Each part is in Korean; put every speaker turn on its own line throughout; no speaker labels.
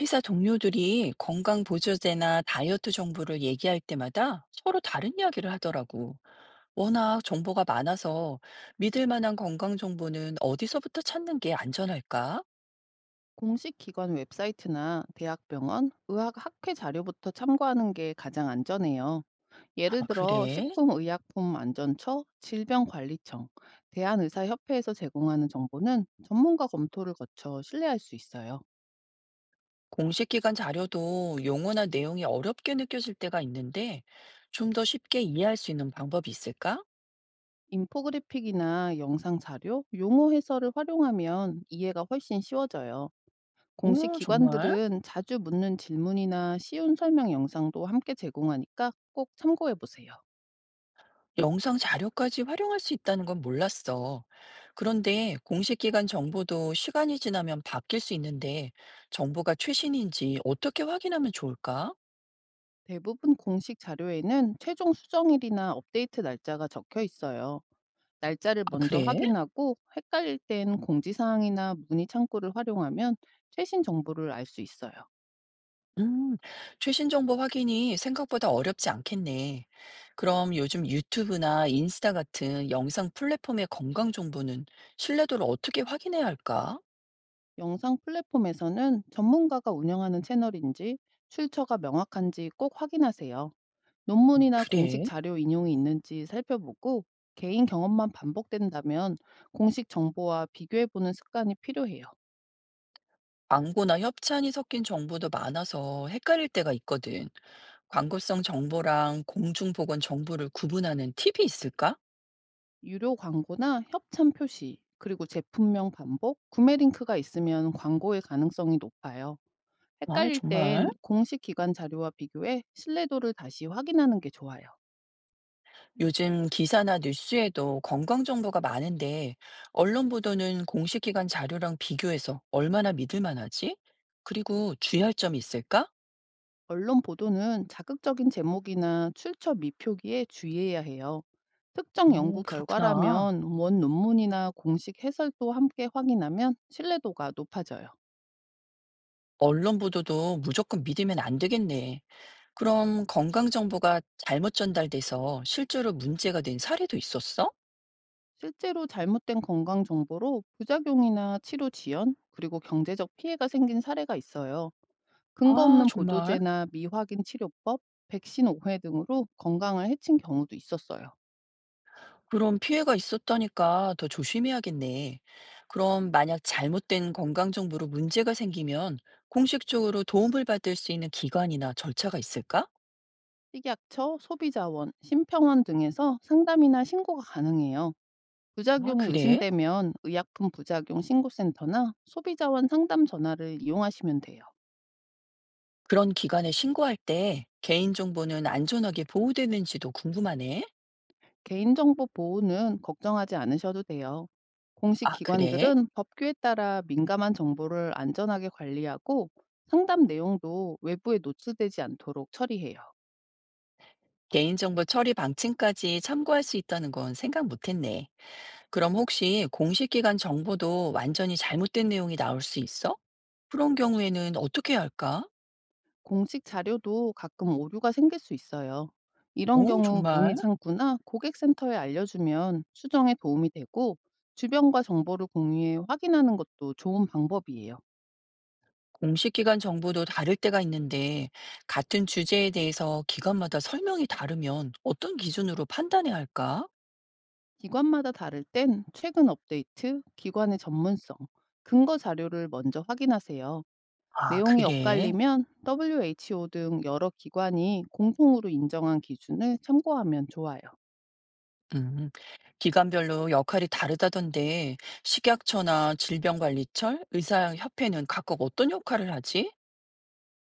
회사 동료들이 건강보조제나 다이어트 정보를 얘기할 때마다 서로 다른 이야기를 하더라고. 워낙 정보가 많아서 믿을 만한 건강 정보는 어디서부터 찾는 게 안전할까?
공식 기관 웹사이트나 대학병원, 의학학회 자료부터 참고하는 게 가장 안전해요. 예를
아,
들어
그래?
식품의약품안전처, 질병관리청, 대한의사협회에서 제공하는 정보는 전문가 검토를 거쳐 신뢰할 수 있어요.
공식 기관 자료도 용어나 내용이 어렵게 느껴질 때가 있는데 좀 더 쉽게 이해할 수 있는 방법이 있을까?
인포그래픽이나 영상 자료, 용어 해설을 활용하면 이해가 훨씬 쉬워져요. 공식
오, 정말?
기관들은 자주 묻는 질문이나 쉬운 설명 영상도 함께 제공하니까 꼭 참고해 보세요.
영상 자료까지 활용할 수 있다는 건 몰랐어. 그런데 공식 기관 정보도 시간이 지나면 바뀔 수 있는데 정보가 최신인지 어떻게 확인하면 좋을까?
대부분 공식 자료에는 최종 수정일이나 업데이트 날짜가 적혀 있어요. 날짜를
아,
먼저
그래?
확인하고 헷갈릴 땐 공지사항이나 문의 창구를 활용하면 최신 정보를 알 수 있어요.
음, 최신 정보 확인이 생각보다 어렵지 않겠네. 그럼 요즘 유튜브나 인스타 같은 영상 플랫폼의 건강 정보는 신뢰도를 어떻게 확인해야 할까?
영상 플랫폼에서는 전문가가 운영하는 채널인지 출처가 명확한지 꼭 확인하세요.
어,
논문이나 공식
그래.
자료 인용이 있는지 살펴보고 개인 경험만 반복된다면 공식 정보와 비교해보는 습관이 필요해요.
광고나 협찬이 섞인 정보도 많아서 헷갈릴 때가 있거든. 광고성 정보랑 공중보건 정보를 구분하는 팁이 있을까?
유료 광고나 협찬 표시, 그리고 제품명 반복, 구매 링크가 있으면 광고의 가능성이 높아요.
아,
헷갈릴 땐
정말?
공식 기관 자료와 비교해 신뢰도를 다시 확인하는 게 좋아요.
요즘 기사나 뉴스에도 건강 정보가 많은데, 언론 보도는 공식 기관 자료랑 비교해서 얼마나 믿을 만하지? 그리고 주의할 점이 있을까?
언론 보도는 자극적인 제목이나 출처 미표기에 주의해야 해요. 특정 연구
오, 그렇구나.
결과라면 원 논문이나 공식 해설도 함께 확인하면 신뢰도가 높아져요.
언론 보도도 무조건 믿으면 안 되겠네. 그럼 건강 정보가 잘못 전달돼서 실제로 문제가 된 사례도 있었어?
실제로 잘못된 건강 정보로 부작용이나 치료 지연, 그리고 경제적 피해가 생긴 사례가 있어요. 근거
아
없는
정말?
보조제나 미확인 치료법, 백신 오해 등으로 건강을 해친 경우도 있었어요.
그럼 피해가 있었다니까 더 조심해야겠네. 그럼 만약 잘못된 건강 정보로 문제가 생기면 공식적으로 도움을 받을 수 있는 기관이나 절차가 있을까?
식약처, 소비자원, 심평원 등에서 상담이나 신고가 가능해요.
아,
부작용이
그래?
의심되면 의약품 부작용 신고센터나 소비자원 상담 전화를 이용하시면 돼요.
그런 기관에 신고할 때 개인정보는 안전하게 보호되는지도 궁금하네.
개인정보 보호는 걱정하지 않으셔도 돼요. 공식
아, 그래?
기관들은 법규에 따라 민감한 정보를 안전하게 관리하고 상담 내용도 외부에 노출되지 않도록 처리해요.
개인정보 처리 방침까지 참고할 수 있다는 건 생각 못했네. 그럼 혹시 공식 기관 정보도 완전히 잘못된 내용이 나올 수 있어? 그런 경우에는 어떻게 해야 할까?
공식 자료도 가끔 오류가 생길 수 있어요. 이런
오
경우 문의
정말?
창구나 고객센터에 알려주면 수정에 도움이 되고 주변과 정보를 공유해 확인하는 것도 좋은 방법이에요.
공식 기관 정보도 다를 때가 있는데, 같은 주제에 대해서 기관마다 설명이 다르면 어떤 기준으로 판단해야 할까?
기관마다 다를 땐 최근 업데이트, 기관의 전문성, 근거 자료를 먼저 확인하세요.
아,
내용이
그래.
엇갈리면 WHO 등 여러 기관이 공통으로 인정한 기준을 참고하면 좋아요.
음. 기관별로 역할이 다르다던데, 식약처나 질병관리청, 의사협회는 각각 어떤 역할을 하지?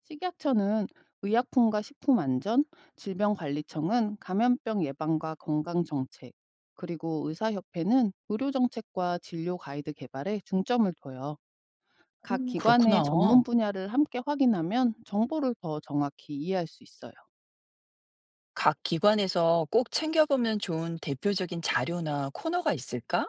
식약처는 의약품과 식품안전, 질병관리청은 감염병 예방과 건강정책, 그리고 의사협회는 의료정책과 진료 가이드 개발에 중점을 둬요. 각
그렇구나.
기관의 전문 분야를 함께 확인하면 정보를 더 정확히 이해할 수 있어요.
각 기관에서 꼭 챙겨보면 좋은 대표적인 자료나 코너가 있을까?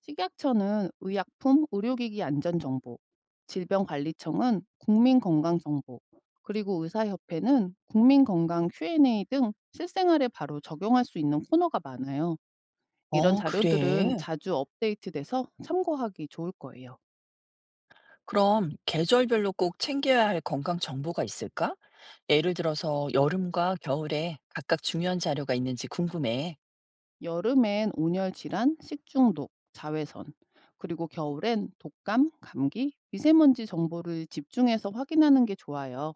식약처는 의약품 의료기기 안전정보, 질병관리청은 국민건강정보, 그리고 의사협회는 국민건강 Q&A 등 실생활에 바로 적용할 수 있는 코너가 많아요. 이런
어,
자료들은
그래.
자주 업데이트돼서 참고하기 좋을 거예요.
그럼 계절별로 꼭 챙겨야 할 건강 정보가 있을까? 예를 들어서 여름과 겨울에 각각 중요한 자료가 있는지 궁금해.
여름엔 온열 질환, 식중독, 자외선, 그리고 겨울엔 독감, 감기, 미세먼지 정보를 집중해서 확인하는 게 좋아요.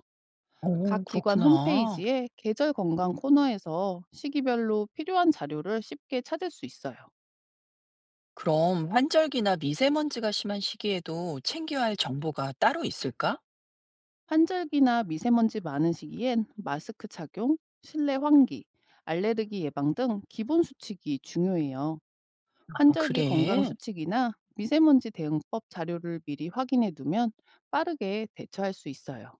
오,
각 기관
그렇구나.
홈페이지에 계절 건강 코너에서 시기별로 필요한 자료를 쉽게 찾을 수 있어요.
그럼 환절기나 미세먼지가 심한 시기에도 챙겨야 할 정보가 따로 있을까?
환절기나 미세먼지 많은 시기엔 마스크 착용, 실내 환기, 알레르기 예방 등 기본 수칙이 중요해요.
아,
환절기 건강
그래.
수칙이나 미세먼지 대응법 자료를 미리 확인해 두면 빠르게 대처할 수 있어요.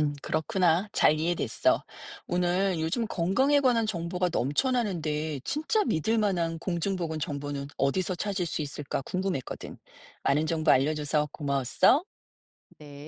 그렇구나. 잘 이해됐어. 오늘 요즘 건강에 관한 정보가 넘쳐나는데 진짜 믿을 만한 공중보건 정보는 어디서 찾을 수 있을까 궁금했거든. 많은 정보 알려줘서 고마웠어.
네.